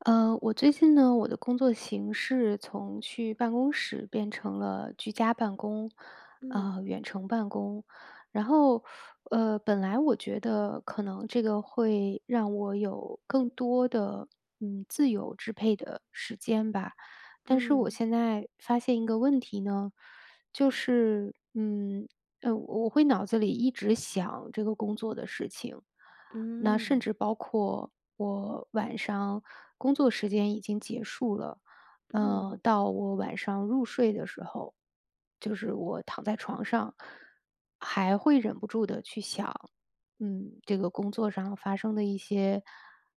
我最近呢，我的工作形式从去办公室变成了居家办公，嗯远程办公。然后，本来我觉得可能这个会让我有更多的自由支配的时间吧，但是我嗯现在发现一个问题呢，就是我会脑子里一直想这个工作的事情。那甚嗯至包括我晚上工作时间已经结束了，嗯到我晚上入睡的时候，就是我躺在床上，还会忍不住的去想，嗯，这个工作上发生的一些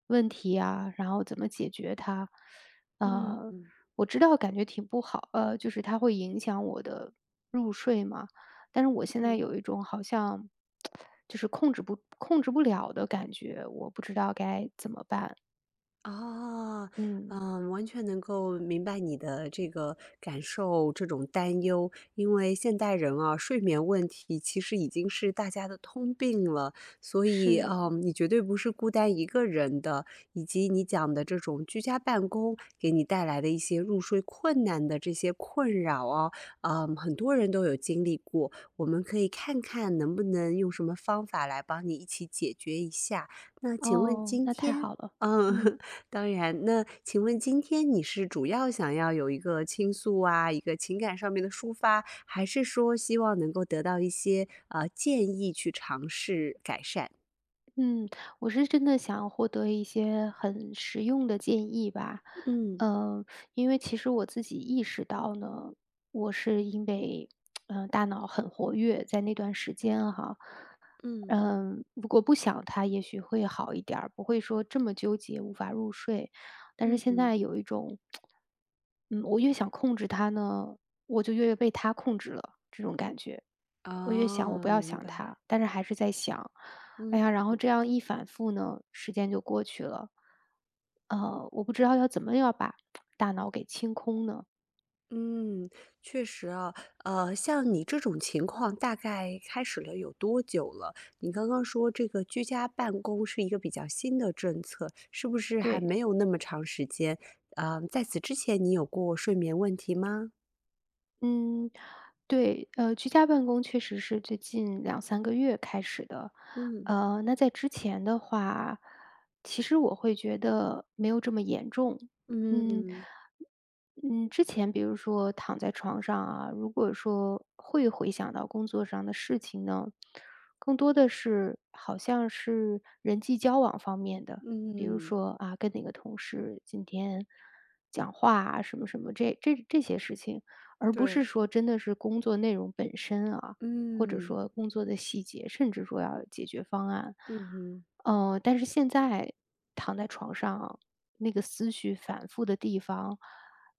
问题啊，然后怎么解决它。嗯呃，嗯我知道感觉挺不好，就是它会影响我的入睡嘛。但是我现在嗯。有一种好像就是控制不了的感觉，我不知道该怎么办。哦，嗯，嗯，完全能够明白你的这个感受，这种担忧。因为现代人啊，睡眠问题其实已经是大家的通病了，所以，是，你绝对不是孤单一个人的，以及你讲的这种居家办公给你带来的一些入睡困难的这些困扰啊，很多人都有经历过。我们可以看看能不能用什么方法来帮你一起解决一下。那请问哦，今那太天，好了，嗯。嗯。当然，那请问今天你是主要想要有一个倾诉啊，一个情感上面的抒发，还是说希望能够得到一些建议去尝试改善？嗯，我是真的想获得一些很实用的建议吧，嗯嗯，因为其实我自己意识到呢，我是因为，嗯，大脑很活跃，在那段时间哈，嗯嗯，如果不想它，也许会好一点儿，不会说这么纠结，无法入睡。但是嗯现嗯，在有一种，嗯，我越想控制它呢，我就越被它控制了，这种感觉。我越想我不哦，要明想白，他，但是还是在想。嗯。哎呀，然后这样一反复呢，时间就过去了。我不知道要怎么要把大脑给清空呢？嗯，确实啊，像你这种情况大概开始了有多久了？你刚刚说这个居家办公是一个比较新的政策，是不是还对。没有那么长时间？啊、在此之前你有过睡眠问题吗？嗯，对，居家办公确实是最近两三个月开始的。嗯那在之前的话，其实我会觉得没有这么严重。嗯，嗯，嗯，之前比如说躺在床上啊，如果说会回想到工作上的事情呢，更多的是好像是人际交往方面的，比如嗯嗯说啊，跟哪个同事今天讲话啊，什么什么这些事情。而不是对，说真的是工作内容本身啊，或者嗯说工作的细节，甚至说要解决方案。嗯哼但是现在躺在床上，那个思绪反复的地方，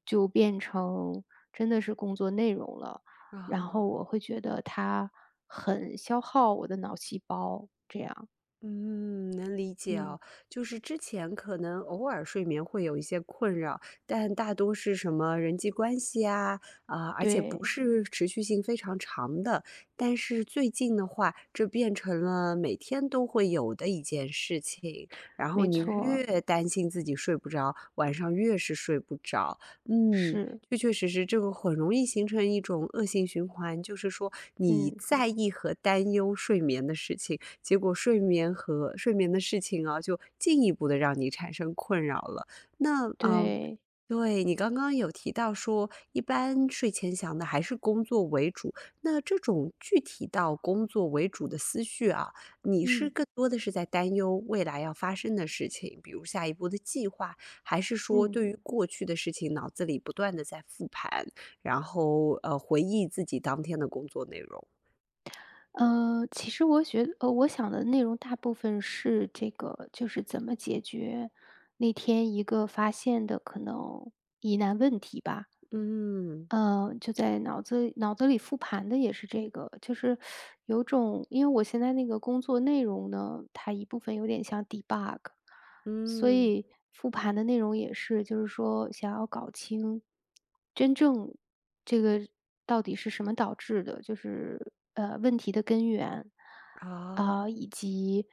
就变成真的是工作内容了。然后啊。我会觉得它很消耗我的脑细胞，这样，嗯，能理解嗯，哦。就是之前可能偶尔睡眠会有一些困扰，但大多是什么人际关系啊，啊，而且对，不是持续性非常长的。但是最近的话，这变成了每天都会有的一件事情。然后没你错，越担心自己睡不着，晚上越是睡不着。嗯，是，确确实实，这个很容易形成一种恶性循环，就是说你嗯，在意和担忧睡眠的事情。结果睡眠和睡眠的事情啊，就进一步的让你产生困扰了。那啊，对，对，你刚刚有提到说，一般睡前想的还是工作为主，那这种具体到工作为主的思绪啊，你是嗯更多的是在担忧未来要发生的事情，比如下一步的计划，还是说嗯。对于过去的事情脑子里不断的在复盘，然后，回忆自己当天的工作内容？其实我想的内容大部分是这个，就是怎么解决那天一个发现的可能疑难问题吧。嗯，就在脑子里复盘的也是这个，就是有种因为我现在那个工作内容呢，它一部分有点像 debug，所嗯，以复盘的内容也是，就是说想要搞清真正这个到底是什么导致的，就是问题的根源啊。啊、以及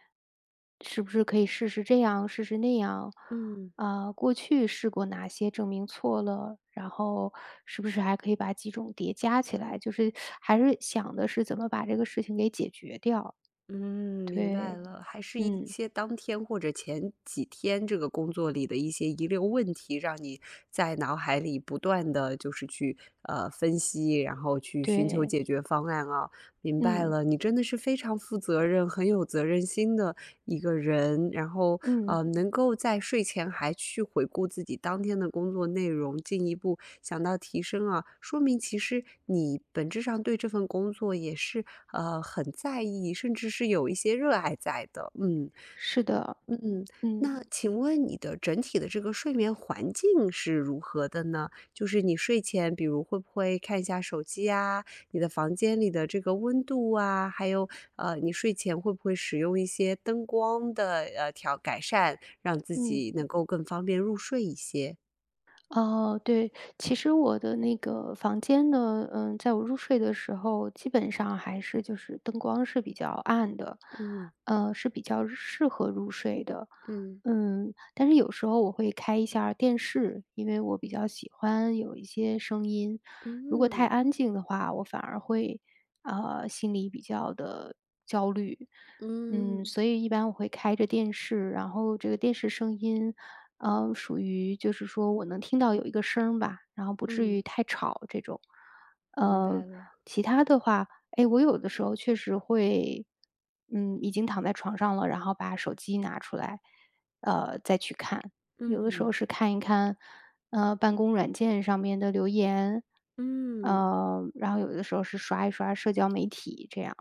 是不是可以试试这样，试试那样，嗯，啊，过去试过哪些证明错了，然后是不是还可以把几种叠加起来，就是还是想的是怎么把这个事情给解决掉。嗯，明白对，了，还是一嗯，些当天或者前几天这个工作里的一些遗留问题，让你在脑海里不断的就是去，分析，然后去寻求对，解决方案啊。明白嗯，了，你真的是非常负责任、很有责任心的，一个人，然后嗯，能够在睡前还去回顾自己当天的工作内容，进一步想到提升啊，说明其实你本质上对这份工作也是很在意，甚至是有一些热爱在的。嗯，是的，嗯，嗯，那请问你的整体的这个睡眠环境是如何的呢？就是你睡前，比如会不会看一下手机啊？你的房间里的这个温度啊，还有你睡前会不会使用一些灯光的调改善，让自嗯。己能够更方便入睡一些？哦，对，其实我的那个房间呢，嗯，在我入睡的时候，基本上还是就是灯光是比较暗的，嗯是比较适合入睡的。嗯嗯，但是有时候我会开一下电视，因为我比较喜欢有一些声音。如果太嗯安静的话，我反而会，心里比较的焦虑。嗯嗯，所以一般我会开着电视，然后这个电视声音，属于就是说我能听到有一个声儿吧，然后不至于嗯，太吵这种。明白呃，了。其他的话，哎，我有的时候确实会，嗯，已经躺在床上了，然后把手机拿出来，再去看。有的时候嗯是看一看，办公软件上面的留言，嗯。然后有的时候是刷一刷社交媒体这样。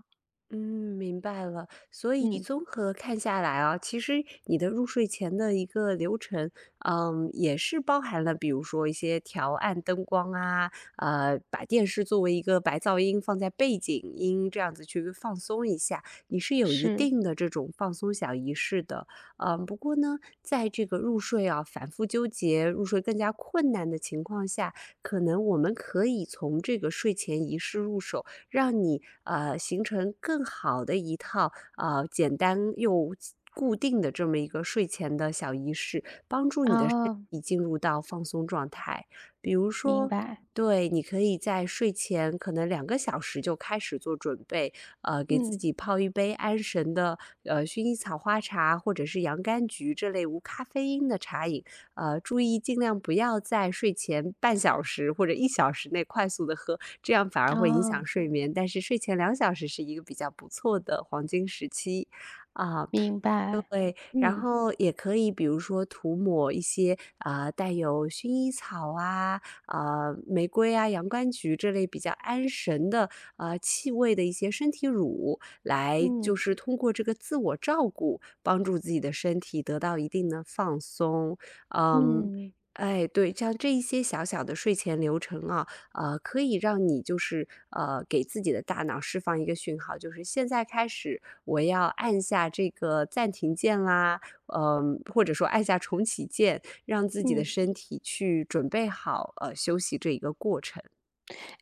嗯，明白了。所以嗯，综合看下来啊，其实你的入睡前的一个流程，也是包含了，比如说一些调暗灯光啊，把电视作为一个白噪音放在背景音，这样子去放松一下，你是有一是定的这种放松小仪式的。不过呢，在这个入睡啊，反复纠结，入睡更加困难的情况下，可能我们可以从这个睡前仪式入手。让你形成更好的一套简单又固定的这么一个睡前的小仪式，帮助你的身啊，体进入到放松状态。比如明说，白，对，你可以在睡前可能2个小时就开始做准备，给自嗯，己泡一杯安神的，薰衣草花茶或者是洋甘菊这类无咖啡因的茶饮。注意尽量不要在睡前半小时或者一小时内快速的喝，这样反而会影响哦，睡眠。但是睡前两小时是一个比较不错的黄金时期。啊，明白，对，然嗯后也可以比如说涂抹一些，带有薰衣草啊、玫瑰啊、洋甘菊这类比较安神的，气味的一些身体乳，来嗯就是通过这个自我照顾，帮助自己的身体得到一定的放松。嗯，嗯哎，对，像这一些小小的睡前流程啊，可以让你就是，给自己的大脑释放一个讯号，就是现在开始我要按下这个暂停键啦，或者说按下重启键，让自己的嗯。身体去准备好休息这一个过程。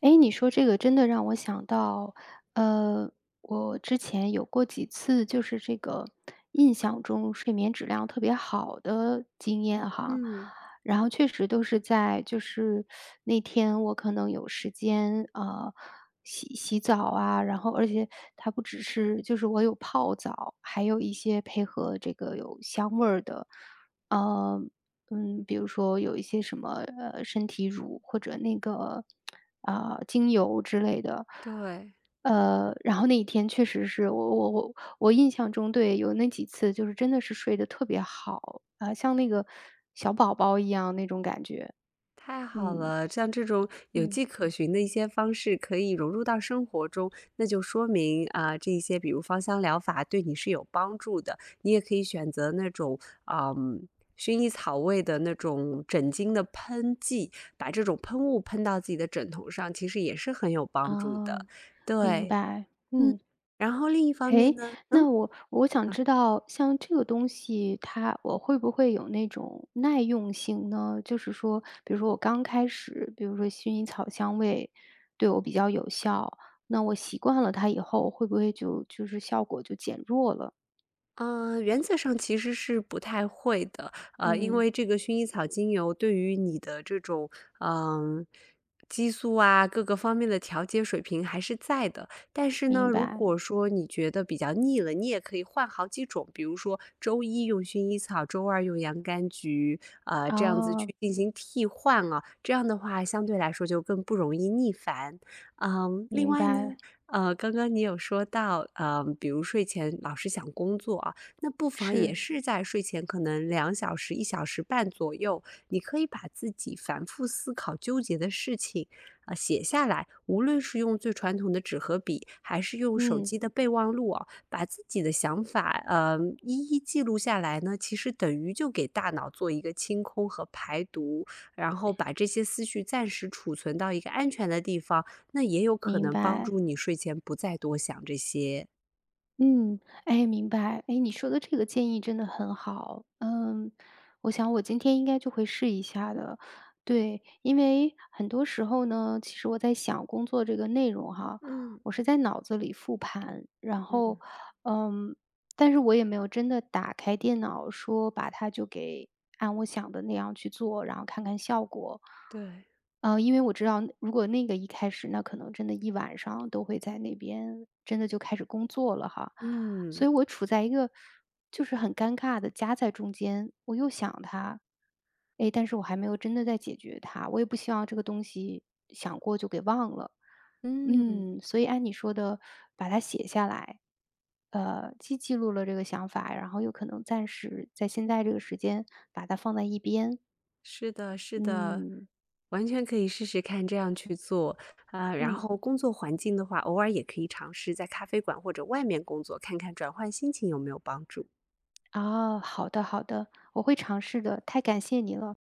哎，你说这个真的让我想到，呃，我之前有过几次就是这个印象中睡眠质量特别好的经验哈。嗯，然后确实都是在就是那天我可能有时间，啊，洗洗澡啊，然后而且它不只是就是我有泡澡，还有一些配合这个有香味儿的，呃，比如说有一些什么，身体乳或者那个，啊，精油之类的。对。然后那一天确实是我印象中对，有那几次就是真的是睡得特别好，啊，像那个小宝宝一样那种感觉。太好嗯，了，像这种有嗯，迹可循的一些方式可以融入到生活中，那就说明啊，这一些比如芳香疗法对你是有帮助的。你也可以选择那种，嗯，薰衣草味的那种枕巾的喷剂，把这种喷雾喷到自己的枕头上，其实也是很有帮助的。啊，明对，白，嗯，嗯。然后另一方面诶，呢。那我想知道像这个东西，它我会不会有那种耐用性呢？就是说，比如说我刚开始，比如说薰衣草香味对我比较有效，那我习惯了它以后，会不会就是效果就减弱了？嗯，原则上其实是不太会的，因嗯，为这个薰衣草精油对于你的这种，嗯、激素啊各个方面的调节水平还是在的。但是呢，明如白。果说你觉得比较腻了，你也可以换好几种，比如说周一用薰衣草，周二用洋甘菊，这样子哦，去进行替换啊，这样的话相对来说就更不容易腻烦。嗯，另明外呢。白，刚刚你有说到，比如睡前老是想工作啊，那不妨也是，是在睡前可能两小时、1小时半左右，你可以把自己反复思考、纠结的事情啊，写下来。无论是用最传统的纸和笔，还是用手嗯，机的备忘录啊，把自己的想法，一一记录下来呢，其实等于就给大脑做一个清空和排毒，然后把这些思绪暂时储存到一个安全的地方。那也有可明能帮白。助你睡前不再多想这些。嗯，哎，明白。哎，你说的这个建议真的很好。嗯，我想我今天应该就会试一下的。对，因为很多时候呢，其实我在想工作这个内容哈，嗯我是在脑子里复盘，然嗯，后，嗯，但是我也没有真的打开电脑说把它就给按我想的那样去做，然后看看效果。对，因为我知道如果那个一开始，那可能真的一晚上都会在那边真的就开始工作了哈。所嗯以我处在一个就是很尴尬的夹在中间，我又想他，哎，但是我还没有真的在解决它，我也不希望这个东西想过就给忘了。嗯，嗯，所以按你说的，把它写下来，既记录了这个想法，然后又可能暂时在现在这个时间把它放在一边。是的，是的，嗯完全可以试试看这样去做啊、然嗯，后工作环境的话，偶尔也可以尝试在咖啡馆或者外面工作，看看转换心情有没有帮助。啊，好的好的，我会尝试的，太感谢你了。